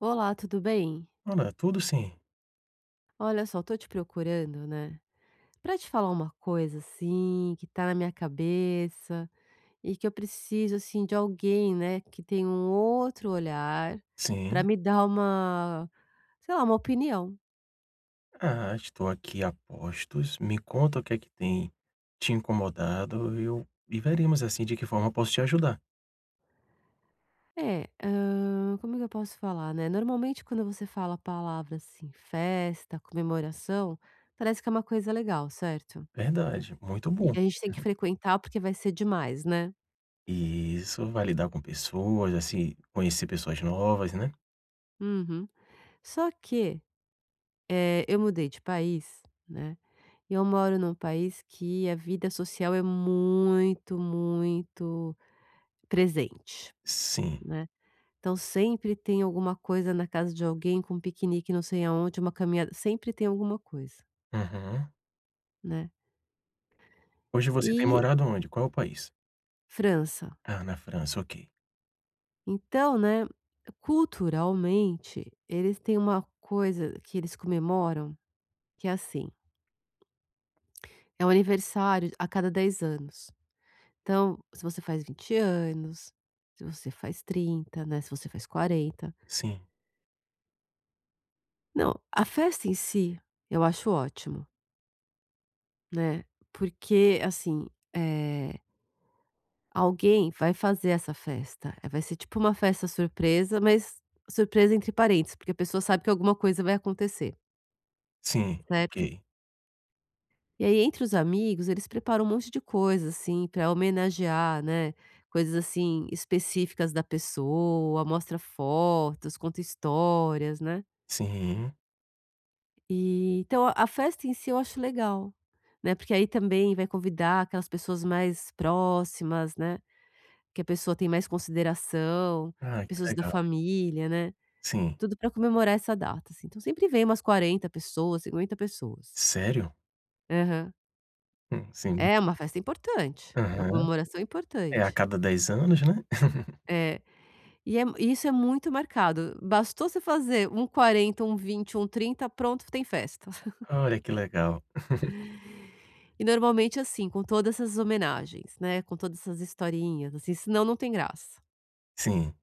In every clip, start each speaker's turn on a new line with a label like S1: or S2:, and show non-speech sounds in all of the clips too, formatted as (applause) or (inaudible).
S1: Olá, tudo bem?
S2: Olá, tudo sim.
S1: Olha só, tô te procurando, né, pra te falar uma coisa, assim, que tá na minha cabeça e que eu preciso, assim, de alguém, né, que tenha um outro olhar pra
S2: Sim.
S1: me dar uma, sei lá, uma opinião.
S2: Ah, estou aqui a postos. Me conta o que é que tem te incomodado e veremos, assim, de que forma posso te ajudar.
S1: É, como é que eu posso falar, né? Normalmente quando você fala a palavra, assim, festa, comemoração, parece que é uma coisa legal, certo?
S2: Verdade, muito
S1: E
S2: bom.
S1: que a gente tem que frequentar porque vai ser demais, né?
S2: E isso, vai lidar com pessoas, assim, conhecer pessoas novas, né.
S1: Uhum. Só que eu mudei de país, né, e eu moro num país que a vida social é muito, muito presente,
S2: Sim.
S1: né. Então sempre tem alguma coisa na casa de alguém, com um piquenique não sei aonde, uma caminhada, sempre tem alguma coisa,
S2: Uhum.
S1: né.
S2: Hoje você tem
S1: E
S2: morado onde? Qual é o país?
S1: França,
S2: Ah, na França, ok.
S1: então, né, culturalmente, eles têm uma coisa que eles comemoram, que é assim, é um aniversário a cada 10 anos. Então, se você faz 20 anos, se você faz 30, né, se você faz 40,
S2: Sim,
S1: não, a festa em si, eu acho ótimo, né, porque, assim, eh, alguém vai fazer essa festa, vai ser tipo uma festa surpresa, mas surpresa entre parênteses, porque a pessoa sabe que alguma coisa vai acontecer,
S2: sim, ok.
S1: certo? E aí, entre os amigos, eles preparam um monte de coisa, assim, pra homenagear, né, coisas, assim, específicas da pessoa, mostra fotos, conta histórias, né.
S2: Sim.
S1: E então, a festa em si eu acho legal, né, porque aí também vai convidar aquelas pessoas mais próximas, né, que a pessoa tem mais consideração,
S2: Ah, que
S1: pessoas da
S2: legal.
S1: família, né,
S2: Sim.
S1: tudo pra comemorar essa data, assim. Então, sempre vem umas 40 pessoas, 50 pessoas.
S2: Sério?
S1: Aham.
S2: Sim.
S1: É uma festa importante, uma
S2: Aham.
S1: comemoração
S2: É a
S1: importante.
S2: cada 10 anos, né. (laughs)
S1: É, e é isso é muito marcado. Bastou você fazer um 40, um 20, um 30, pronto, tem festa. (laughs)
S2: Olha que legal.
S1: E normalmente assim, com todas essas homenagens, né, com todas essas historinhas, assim, senão não tem graça.
S2: Sim.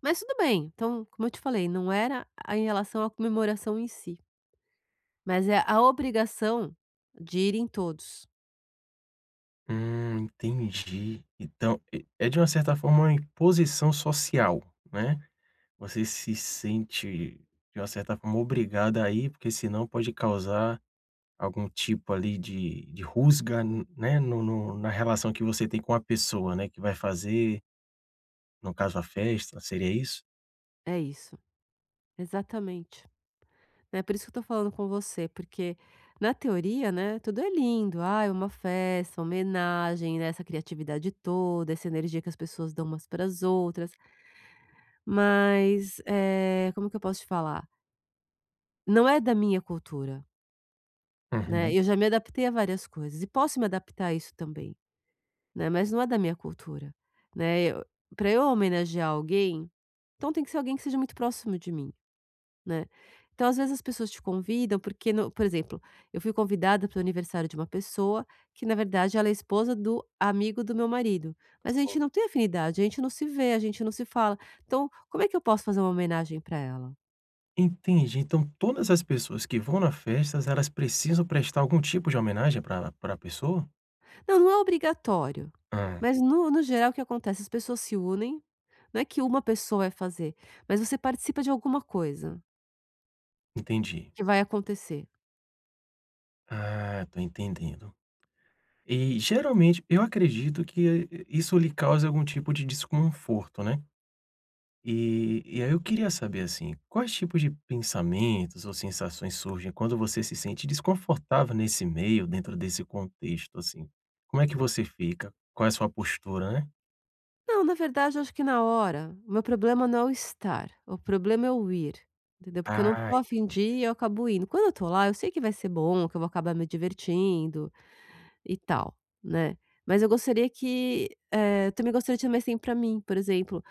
S1: Mas tudo bem, então, como eu te falei, não era a em relação à comemoração em si, mas é a obrigação de ir em todos.
S2: Entendi. Então, e é de uma certa forma uma imposição social, né. Você se sente, de uma certa forma, obrigada a ir, porque senão pode causar algum tipo ali de rusga, né, no no na relação que você tem com a pessoa, né, que vai fazer, no caso a festa, seria isso?
S1: É isso, exatamente. Né, por isso que eu tô falando com você, porque na teoria, né, tudo é lindo. Ah, é uma festa, uma homenagem, né, essa criatividade toda, essa energia que as pessoas dão umas para as outras, mas, como que eu posso te falar? Não é da minha cultura, né,
S2: Uhum.
S1: eu já me adaptei a várias coisas e posso me adaptar a isso também, né, mas não é da minha cultura, né, eu pra eu homenagear alguém, então tem que ser alguém que seja muito próximo de mim. Né. Então, às vezes, as pessoas te convidam porque no por exemplo, eu fui convidada para o aniversário de uma pessoa que, na verdade, ela é esposa do amigo do meu marido, mas a
S2: Sim.
S1: gente não tem afinidade, a gente não se vê, a gente não se fala. Então, como é que eu posso fazer uma homenagem para ela?
S2: Entendi. Então todas as pessoas que vão na festas, elas precisam prestar algum tipo de homenagem para a pessoa?
S1: Não, não é obrigatório, mas no geral o que acontece, as pessoas se unem, não é que uma pessoa vai fazer, mas você participa de alguma coisa
S2: Entendi.
S1: que vai acontecer.
S2: Ah, tô entendendo. E geralmente eu acredito que isso lhe cause algum tipo de desconforto, né? E aí eu queria saber assim, quais tipos de pensamentos ou sensações surgem quando você se sente desconfortável nesse meio, dentro desse contexto, assim? Como é que você fica? Qual é a sua postura, né?
S1: Não, na verdade, eu acho que na hora, o meu problema não é o estar, o problema é o ir, entendeu? Porque eu não
S2: Ah,
S1: tô a fim
S2: entendi.
S1: de ir, e eu acabo indo. Quando eu tô lá, eu sei que vai ser bom, que eu vou acabar me divertindo e tal, né? Mas eu gostaria que, eu também gostaria de ter mais tempo pra mim, por exemplo,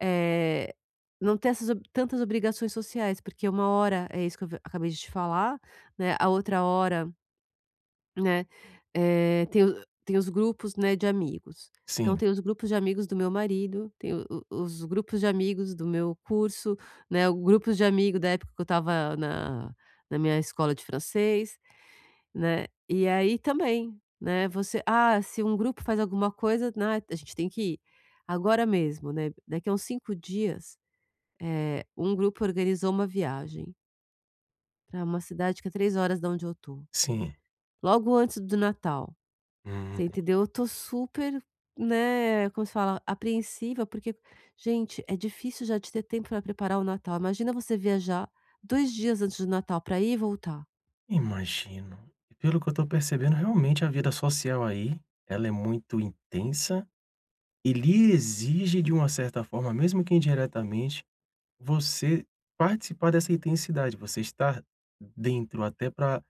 S1: eh, não ter essas ob tantas obrigações sociais, porque uma hora é isso que eu v acabei de te falar, né, a outra hora né, tem o tem os grupos, né, de amigos. Então
S2: Sim,
S1: tem os grupos de amigos do meu marido, tem o os grupos de amigos do meu curso, né, o grupos de amigo da época que eu estava na minha escola de francês, né. E aí também, né, você se um grupo faz alguma coisa, né, a gente tem que ir. Agora mesmo, né, daqui a uns 5 dias, um grupo organizou uma viagem para uma cidade que é 3 horas da onde eu tô,
S2: sim.
S1: logo antes do Natal.
S2: Hum,
S1: Você entendeu? Eu tô super, né, como se fala? Apreensiva, porque, gente, é difícil já de ter tempo para preparar o Natal. Imagina você viajar 2 dias antes do Natal para ir e voltar.
S2: Imagino. E pelo que eu tô percebendo, realmente a vida social aí, ela é muito intensa. Ele exige de uma certa forma, mesmo que indiretamente, você participar dessa intensidade, você estar dentro, até para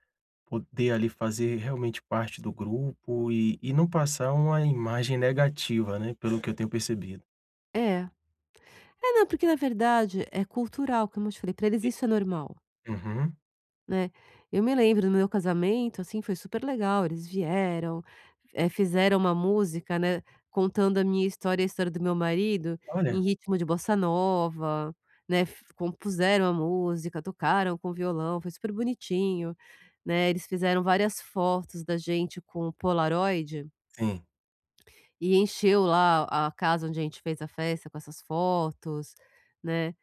S2: poder ali fazer realmente parte do grupo e não passar uma imagem negativa, né, pelo que eu tenho percebido.
S1: É. É, não, porque na verdade é cultural, como eu te falei. Para eles isso é normal.
S2: Uhum.
S1: Né. Eu me lembro do meu casamento, assim, foi super legal, eles vieram, fizeram uma música, né, contando a minha história e a história do meu marido, em
S2: Olha
S1: ritmo de bossa nova, né, f compuseram a música, tocaram com violão, foi super bonitinho, né, eles fizeram várias fotos da gente com polaroid,
S2: sim,
S1: e encheu lá a casa onde a gente fez a festa com essas fotos, né.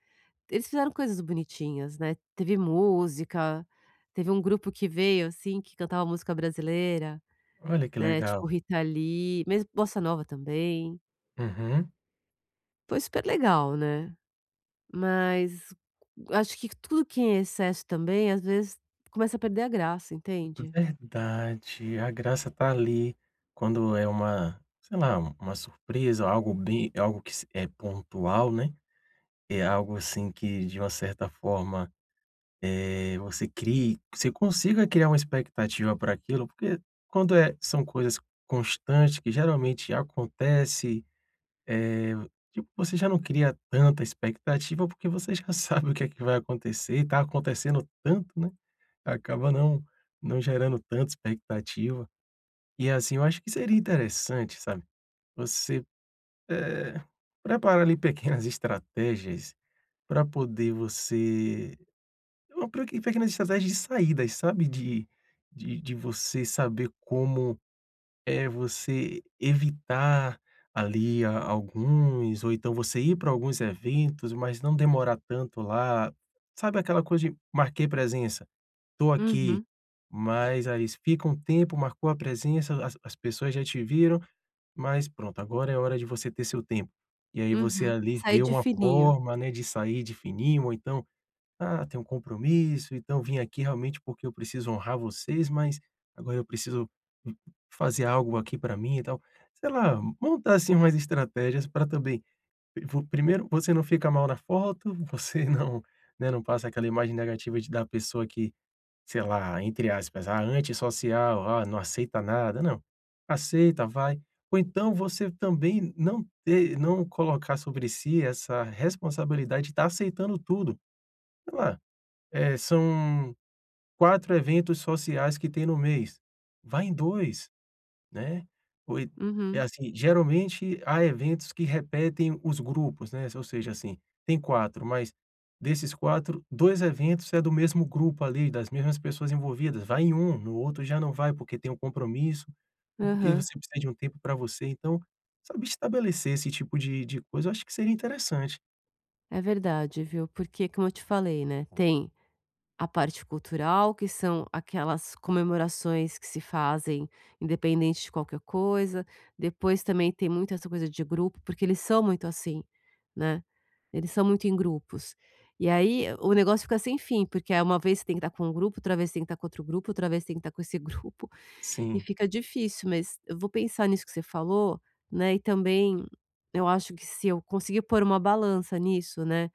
S1: Eles fizeram coisas bonitinhas, né, teve música, teve um grupo que veio, assim, que cantava música brasileira,
S2: olha que
S1: né,
S2: legal.
S1: tipo Rita Lee, mesmo bossa nova também.
S2: Uhum.
S1: Foi super legal, né, mas acho que tudo que é em excesso também, às vezes, começa a perder a graça, entende?
S2: Verdade, a graça tá ali, quando é uma, sei lá, uma surpresa, algo bem algo que se é pontual, né. É algo assim que, de uma certa forma, você crie você consiga criar uma expectativa para aquilo, porque quando é são coisas constantes que geralmente acontece, eh, tipo, você já não cria tanta expectativa, porque você já (laughs) sabe o que é que vai acontecer e tá acontecendo tanto, né, acaba não não gerando tanta expectativa. E assim, eu acho que seria interessante, sabe, você, eh, preparar ali pequenas (laughs) estratégias para poder você. Uma pequenas estratégias de saídas, sabe, de você saber como, é você evitar ali a alguns ou então você ir para alguns eventos, mas não demorar tanto lá. Sabe aquela coisa de marquei presença, tô aqui,
S1: Uhum,
S2: mas aí fica um tempo, marcou a presença, as pessoas já te viram, mas pronto, agora é hora de você ter seu tempo. E aí você
S1: uhum.
S2: ali
S1: Sair
S2: vê
S1: de
S2: uma
S1: fininho.
S2: forma, né, de sair de fininho ou então ah, tem um compromisso, então vim aqui realmente porque eu preciso honrar vocês, mas agora eu preciso fazer algo aqui para mim e tal. Sei lá, montar assim umas estratégias para também vo primeiro você não fica mal na foto, você (laughs) não, né, não passa aquela imagem negativa de da pessoa que, sei lá, entre aspas, "ah, antissocial, ah, não aceita nada", não. Aceita, vai. Ou então você também não ter não colocar sobre si essa responsabilidade de estar aceitando tudo. Sei lá são 4 eventos sociais que tem no mês. Vai em 2, né. Ou e É
S1: Uhum,
S2: assim, geralmente há eventos que repetem os grupos, né, ou seja, assim, tem 4, mas desses 4, 2 eventos é do mesmo grupo ali, das mesmas pessoas envolvidas. Vai em um, no outro já não vai porque tem um compromisso, ou porque
S1: aham.
S2: você precisa de um tempo para você. Então, sabe, estabelecer esse tipo de coisa, eu acho que seria interessante.
S1: É verdade, viu, porque como eu te falei, né, tem a parte cultural, que são aquelas comemorações que se fazem independente de qualquer coisa. Depois também tem muito essa coisa de grupo, porque eles são muito assim, né. Eles são muito em grupos. E aí o negócio fica sem fim, porque aí uma vez você tem que estar com um grupo, outra vez tem que estar com outro grupo, outra vez tem que estar com esse (laughs) grupo, e
S2: Sim,
S1: fica difícil. Mas eu vou pensar nisso que você falou, né, e também eu acho que se eu conseguir pôr uma balança nisso, né,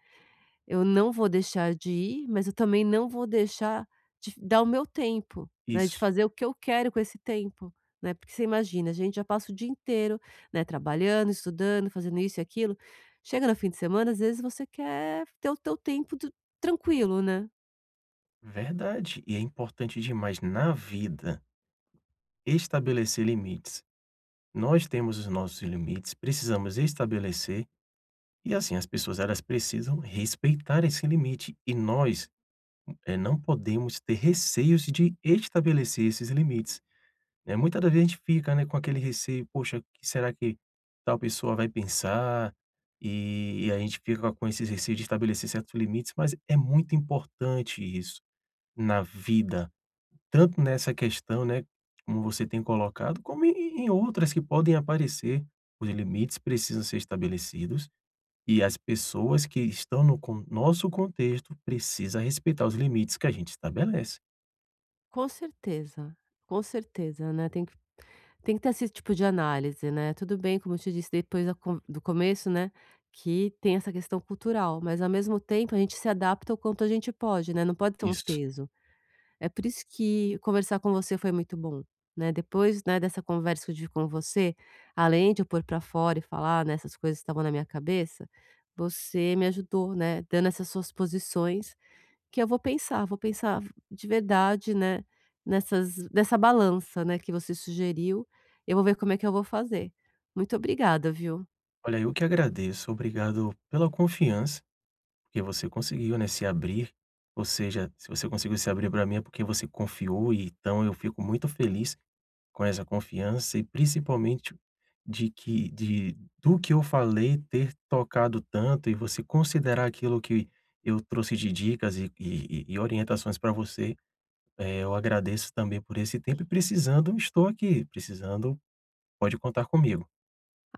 S1: eu não vou deixar de ir, mas eu também não vou deixar de dar o meu tempo, né, de
S2: isso.
S1: fazer o que eu quero com esse tempo, né. Porque você imagina, a gente já passa o dia inteiro, né, trabalhando, estudando, fazendo isso e aquilo. Chega no fim de semana, às vezes você quer ter o teu tempo do tranquilo, né.
S2: Verdade. E é importante demais na vida estabelecer limites. Nós temos os nossos limites, precisamos estabelecer e assim as pessoas elas precisam respeitar esse limite e nós, não podemos ter receios de estabelecer esses limites, né. Muita da vez a gente fica, né, com aquele receio: "Poxa, o que será que tal pessoa vai pensar?" E a gente fica com esse receio de estabelecer certos limites, mas é muito importante isso na vida. Tanto nessa questão, né, como você tem colocado, como em outras que podem aparecer. Os limites precisam ser estabelecidos e as pessoas que estão no con nosso contexto precisam respeitar os limites que a gente estabelece.
S1: Com certeza, com certeza, né, tem que ter esse tipo de análise, né. Tudo bem, como eu te disse, depois da con do começo, né, que tem essa questão cultural, mas ao mesmo tempo a gente se adapta o quanto a gente pode, né, não pode ter um
S2: Isso.
S1: peso. É por isso que conversar com você foi muito bom, né. Depois, né, dessa conversa que eu tive com você, além de eu pôr para fora e falar, né, essas coisas que estavam na minha cabeça, você me ajudou, né, dando essas suas posições, que eu vou pensar de verdade, né, nessa balança, né, que você sugeriu, eu vou ver como é que eu vou fazer. Muito obrigada, viu.
S2: Olha, eu que agradeço. Obrigado pela confiança, porque você conseguiu, né, se abrir. Ou seja, se você conseguiu se abrir para mim é porque você confiou, e então eu fico muito feliz com essa confiança e principalmente de que de do que eu falei ter tocado tanto e você considerar aquilo que eu trouxe de dicas e orientações para você, eu agradeço também por esse tempo e precisando, estou aqui. Precisando, pode contar comigo.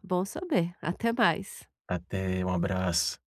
S1: Bom saber, até mais.
S2: Até, um abraço.